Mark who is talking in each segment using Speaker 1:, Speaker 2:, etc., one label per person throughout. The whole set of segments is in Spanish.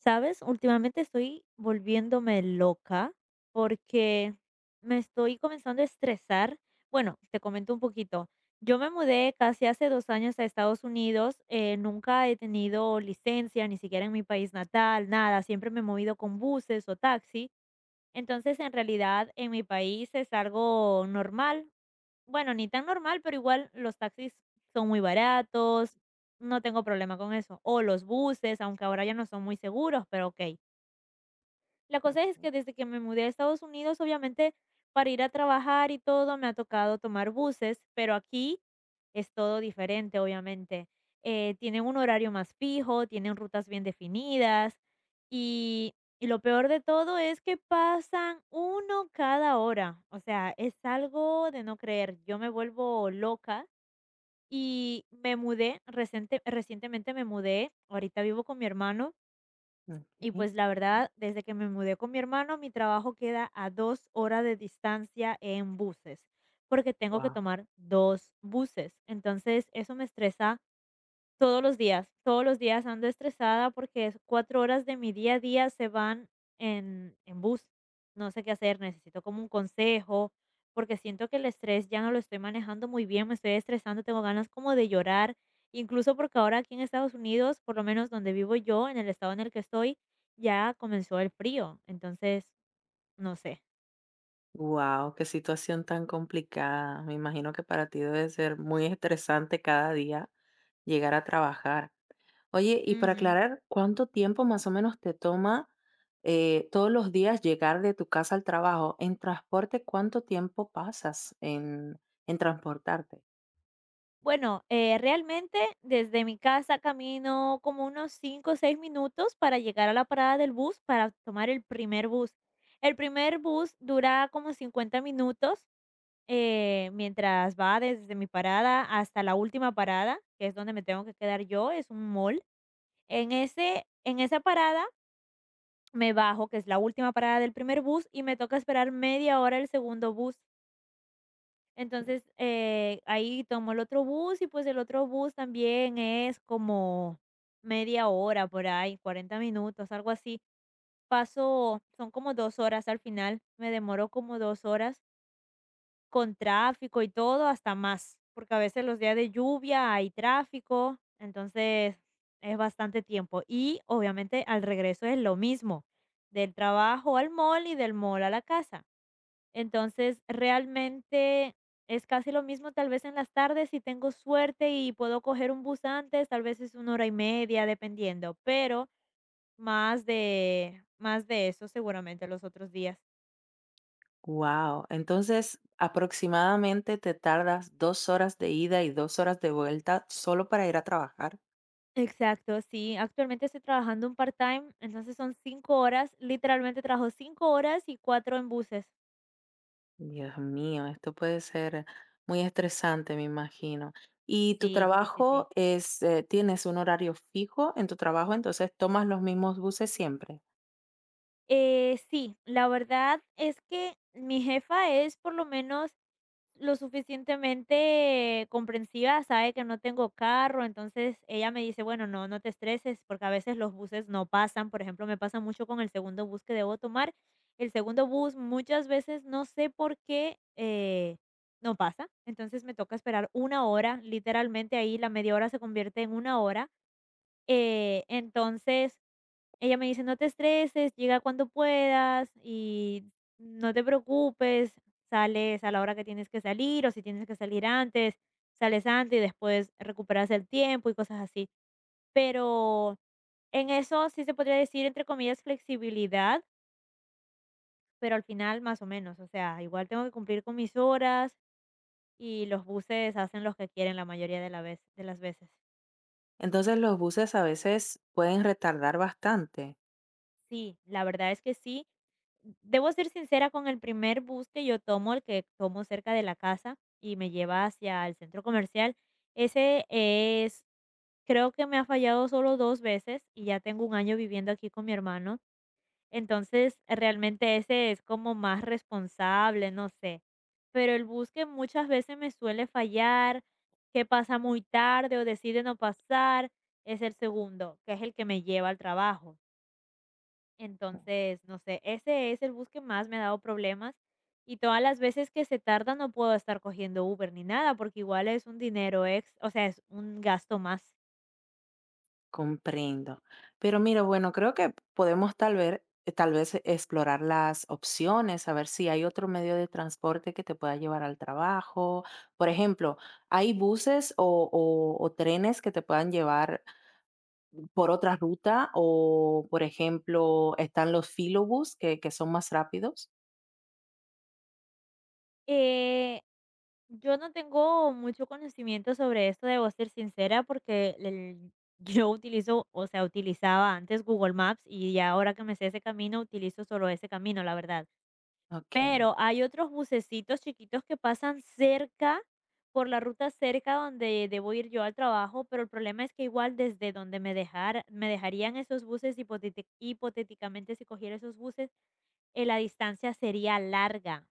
Speaker 1: ¿Sabes? Últimamente estoy volviéndome loca porque me estoy comenzando a estresar. Bueno, te comento un poquito. Yo me mudé casi hace 2 años a Estados Unidos. Nunca he tenido licencia, ni siquiera en mi país natal, nada. Siempre me he movido con buses o taxi. Entonces, en realidad, en mi país es algo normal. Bueno, ni tan normal, pero igual los taxis son muy baratos, no tengo problema con eso. O los buses, aunque ahora ya no son muy seguros, pero ok. La cosa es que desde que me mudé a Estados Unidos, obviamente, para ir a trabajar y todo, me ha tocado tomar buses, pero aquí es todo diferente, obviamente. Tienen un horario más fijo, tienen rutas bien definidas y, y lo peor de todo es que pasan uno cada hora. O sea, es algo de no creer. Yo me vuelvo loca y me mudé, recientemente me mudé, ahorita vivo con mi hermano
Speaker 2: Wow,
Speaker 1: y
Speaker 2: wow,
Speaker 1: pues la verdad, desde que me mudé con mi hermano, mi trabajo queda a 2 horas de distancia en buses, porque tengo que tomar 2 buses. Entonces, eso me estresa todos los días ando estresada porque es 4 horas de mi día a día se van en bus. No sé qué hacer, necesito como un consejo, porque siento que el estrés ya no lo estoy manejando muy bien, me estoy estresando, tengo ganas como de llorar, incluso porque ahora aquí en Estados Unidos, por lo menos donde vivo yo, en el estado en el que estoy, ya comenzó el frío, entonces, no sé.
Speaker 2: qué situación tan complicada. Me imagino que para ti debe ser muy estresante cada día llegar a trabajar. Oye, y para aclarar, ¿cuánto tiempo más o menos te toma, todos los días llegar de tu casa al trabajo? En transporte, ¿cuánto tiempo pasas en transportarte?
Speaker 1: Bueno, realmente desde mi casa camino como unos 5 o 6 minutos para llegar a la parada del bus para tomar el primer bus. El primer bus dura como 50 minutos mientras va desde mi parada hasta la última parada, que es donde me tengo que quedar yo, es un mall. En ese, en esa parada me bajo, que es la última parada del primer bus, y me toca esperar media hora el segundo bus. Entonces, ahí tomo el otro bus y pues el otro bus también es como media hora por ahí, 40 minutos, algo así. Paso, son como 2 horas al final, me demoro como 2 horas con tráfico y todo, hasta más, porque a veces los días de lluvia hay tráfico, entonces es bastante tiempo. Y obviamente al regreso es lo mismo, del trabajo al mall y del mall a la casa. Entonces, realmente es casi lo mismo, tal vez en las tardes, si tengo suerte y puedo coger un bus antes, tal vez es una hora y media, dependiendo, pero más de eso seguramente los otros días.
Speaker 2: Wow, entonces, aproximadamente te tardas 2 horas de ida y 2 horas de vuelta, ¿solo para ir a trabajar?
Speaker 1: Exacto, sí. Actualmente estoy trabajando un part-time, entonces son 5 horas, literalmente trabajo 5 horas y 4 en buses.
Speaker 2: Dios mío, esto puede ser muy estresante, me imagino. ¿Y tu
Speaker 1: Sí, sí, sí, sí.
Speaker 2: trabajo es, tienes un horario fijo en tu trabajo, entonces tomas los mismos buses siempre?
Speaker 1: Sí, la verdad es que mi jefa es por lo menos lo suficientemente comprensiva, sabe que no tengo carro, entonces ella me dice, bueno, no, no te estreses porque a veces los buses no pasan, por ejemplo, me pasa mucho con el segundo bus que debo tomar, el segundo bus muchas veces no sé por qué no pasa, entonces me toca esperar una hora, literalmente ahí la media hora se convierte en una hora, entonces ella me dice: "No te estreses, llega cuando puedas y no te preocupes, sales a la hora que tienes que salir, o si tienes que salir antes, sales antes y después recuperas el tiempo", y cosas así. Pero en eso sí se podría decir, entre comillas, flexibilidad, pero al final más o menos, o sea, igual tengo que cumplir con mis horas y los buses hacen los que quieren la mayoría de la vez de las veces.
Speaker 2: Entonces los buses a veces pueden retardar bastante.
Speaker 1: Sí, la verdad es que sí. Debo ser sincera con el primer bus que yo tomo, el que tomo cerca de la casa y me lleva hacia el centro comercial. Ese es, creo que me ha fallado solo 2 veces y ya tengo un año viviendo aquí con mi hermano. Entonces, realmente ese es como más responsable, no sé. Pero el bus que muchas veces me suele fallar, que pasa muy tarde o decide no pasar, es el segundo, que es el que me lleva al trabajo. Entonces, no sé, ese es el bus que más me ha dado problemas y todas las veces que se tarda no puedo estar cogiendo Uber ni nada porque igual es un dinero ex, o sea, es un gasto más.
Speaker 2: Comprendo. Pero mira, bueno, creo que podemos tal vez explorar las opciones, a ver si hay otro medio de transporte que te pueda llevar al trabajo. Por ejemplo, hay buses o trenes que te puedan llevar por otra ruta o, por ejemplo, están los filobus que son más rápidos.
Speaker 1: Eh, yo no tengo mucho conocimiento sobre esto, debo ser sincera, porque yo utilizo, o sea, utilizaba antes Google Maps y ya ahora que me sé ese camino, utilizo solo ese camino, la verdad.
Speaker 2: Ok,
Speaker 1: Pero hay otros bucecitos chiquitos que pasan cerca, por la ruta cerca donde debo ir yo al trabajo, pero el problema es que igual desde donde me dejar, me dejarían esos buses, hipotéticamente si cogiera esos buses, la distancia sería larga.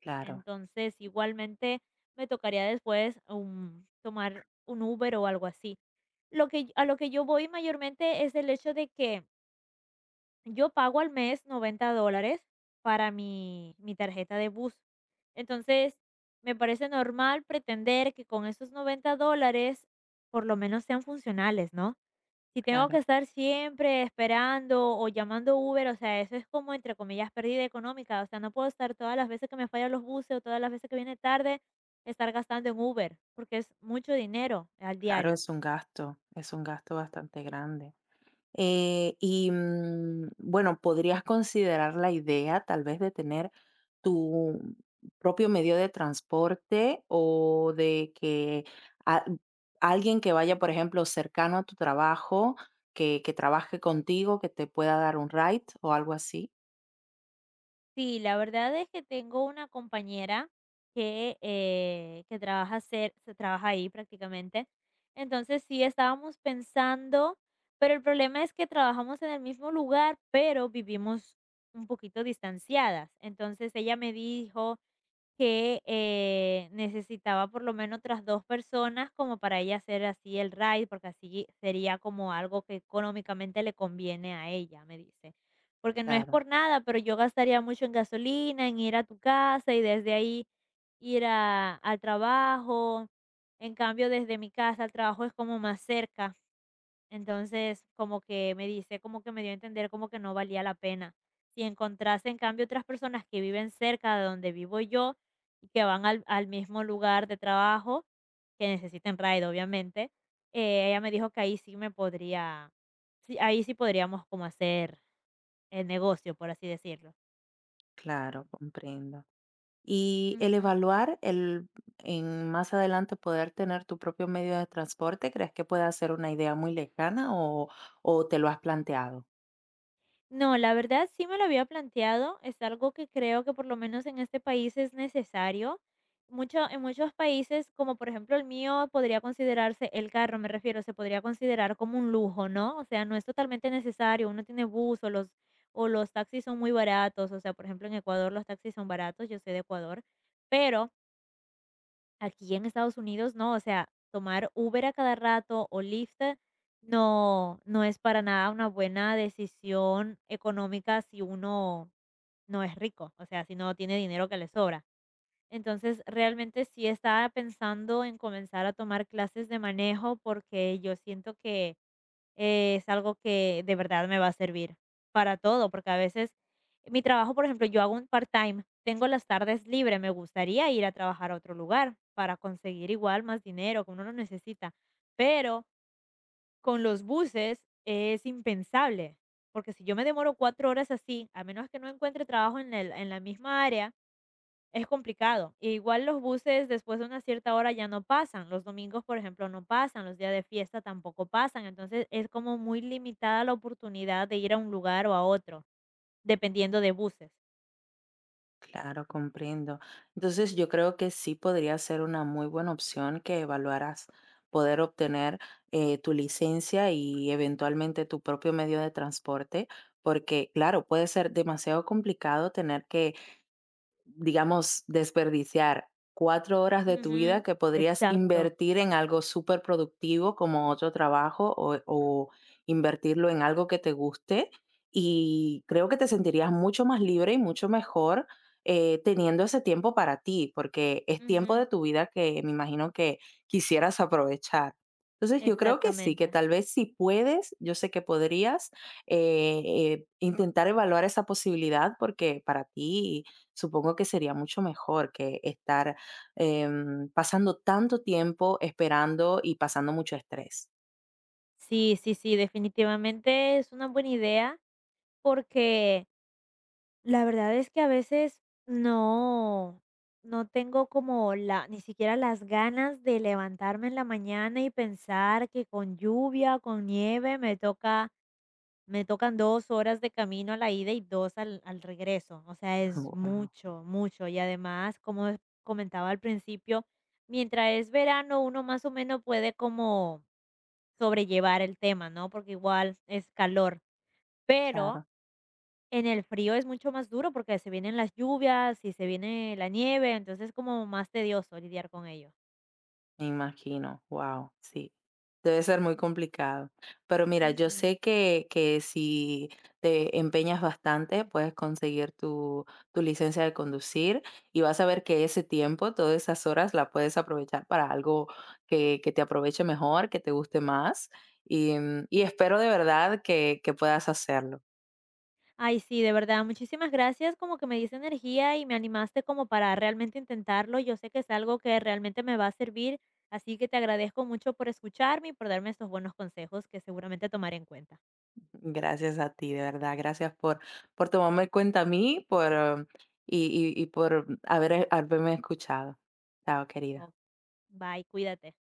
Speaker 2: claro,
Speaker 1: Entonces, igualmente me tocaría después tomar un Uber o algo así. Lo que, a lo que yo voy mayormente es el hecho de que yo pago al mes $90 para mi tarjeta de bus. Entonces, me parece normal pretender que con esos $90, por lo menos sean funcionales, ¿no? Si tengo que
Speaker 2: claro,
Speaker 1: estar siempre esperando o llamando Uber, o sea, eso es como, entre comillas, pérdida económica. O sea, no puedo estar todas las veces que me fallan los buses o todas las veces que viene tarde, estar gastando en Uber, porque es mucho dinero al
Speaker 2: claro,
Speaker 1: diario.
Speaker 2: es un gasto bastante grande. Bueno, podrías considerar la idea tal vez de tener tu propio medio de transporte o de que a- alguien que vaya, por ejemplo, cercano a tu trabajo, que trabaje contigo, que te pueda dar un ride o algo así.
Speaker 1: Sí, la verdad es que tengo una compañera que trabaja, se trabaja ahí prácticamente. Entonces sí estábamos pensando, pero el problema es que trabajamos en el mismo lugar, pero vivimos un poquito distanciadas. Entonces ella me dijo que, necesitaba por lo menos otras 2 personas como para ella hacer así el ride, porque así sería como algo que económicamente le conviene a ella, me dice. Porque no es
Speaker 2: Claro.
Speaker 1: por nada, pero yo gastaría mucho en gasolina, en ir a tu casa y desde ahí ir a al trabajo. En cambio, desde mi casa al trabajo es como más cerca. Entonces, como que me dice, como que me dio a entender como que no valía la pena. Si encontrase, en cambio, otras personas que viven cerca de donde vivo yo y que van al, al mismo lugar de trabajo, que necesiten ride, obviamente, ella me dijo que ahí sí me podría, sí, ahí sí podríamos como hacer el negocio, por así decirlo.
Speaker 2: Claro, comprendo. Y el
Speaker 1: Ujú.
Speaker 2: evaluar el en más adelante poder tener tu propio medio de transporte, ¿crees que pueda ser una idea muy lejana o te lo has planteado?
Speaker 1: No, la verdad sí me lo había planteado, es algo que creo que por lo menos en este país es necesario. Mucho, en muchos países, como por ejemplo el mío, podría considerarse el carro, me refiero, se podría considerar como un lujo, ¿no? O sea, no es totalmente necesario, uno tiene bus o los taxis son muy baratos, o sea, por ejemplo en Ecuador los taxis son baratos, yo soy de Ecuador, pero aquí en Estados Unidos no, o sea, tomar Uber a cada rato o Lyft no, no es para nada una buena decisión económica si uno no es rico, o sea, si no tiene dinero que le sobra. Entonces, realmente sí estaba pensando en comenzar a tomar clases de manejo porque yo siento que es algo que de verdad me va a servir para todo, porque a veces mi trabajo, por ejemplo, yo hago un part-time, tengo las tardes libres, me gustaría ir a trabajar a otro lugar para conseguir igual más dinero que uno no necesita, pero con los buses es impensable, porque si yo me demoro 4 horas así, a menos que no encuentre trabajo en el- en la misma área, es complicado. E igual los buses después de una cierta hora ya no pasan. Los domingos, por ejemplo, no pasan. Los días de fiesta tampoco pasan. Entonces es como muy limitada la oportunidad de ir a un lugar o a otro, dependiendo de buses.
Speaker 2: Claro, comprendo. Entonces yo creo que sí podría ser una muy buena opción que evaluaras poder obtener tu licencia y eventualmente tu propio medio de transporte, porque claro, puede ser demasiado complicado tener que digamos, desperdiciar 4 horas de tu vida
Speaker 1: Ujú,
Speaker 2: que podrías
Speaker 1: exacto.
Speaker 2: invertir en algo superproductivo como otro trabajo o invertirlo en algo que te guste, y creo que te sentirías mucho más libre y mucho mejor, teniendo ese tiempo para ti, porque es tiempo de
Speaker 1: Ujú,
Speaker 2: tu vida que me imagino que quisieras aprovechar. Entonces, yo creo que sí, que
Speaker 1: exactamente.
Speaker 2: tal vez si puedes, yo sé que podrías, intentar evaluar esa posibilidad porque para ti supongo que sería mucho mejor que estar, pasando tanto tiempo esperando y pasando mucho estrés.
Speaker 1: Sí, sí, sí, definitivamente es una buena idea porque la verdad es que a veces no, no tengo como la, ni siquiera las ganas de levantarme en la mañana y pensar que con lluvia, con nieve, me toca, me tocan 2 horas de camino a la ida y dos al, al regreso. O sea, es
Speaker 2: Guau,
Speaker 1: mucho, mucho. Y además, como comentaba al principio, mientras es verano, uno más o menos puede como sobrellevar el tema, ¿no? Porque igual es calor. Pero
Speaker 2: claro.
Speaker 1: en el frío es mucho más duro porque se vienen las lluvias y se viene la nieve, entonces es como más tedioso lidiar con ello.
Speaker 2: Me imagino, wow, sí. Debe ser muy complicado. Pero mira, yo
Speaker 1: Ujú.
Speaker 2: sé que si te empeñas bastante, puedes conseguir tu licencia de conducir y vas a ver que ese tiempo, todas esas horas, la puedes aprovechar para algo que te aproveche mejor, que te guste más. Y, y espero de verdad que puedas hacerlo.
Speaker 1: Ay, sí, de verdad, muchísimas gracias, como que me diste energía y me animaste como para realmente intentarlo. Yo sé que es algo que realmente me va a servir, así que te agradezco mucho por escucharme y por darme estos buenos consejos que seguramente tomaré en cuenta.
Speaker 2: Gracias a ti, de verdad. Gracias por tomarme en cuenta a mí por, y por haberme escuchado. Chao, querida.
Speaker 1: Ok, bye, cuídate.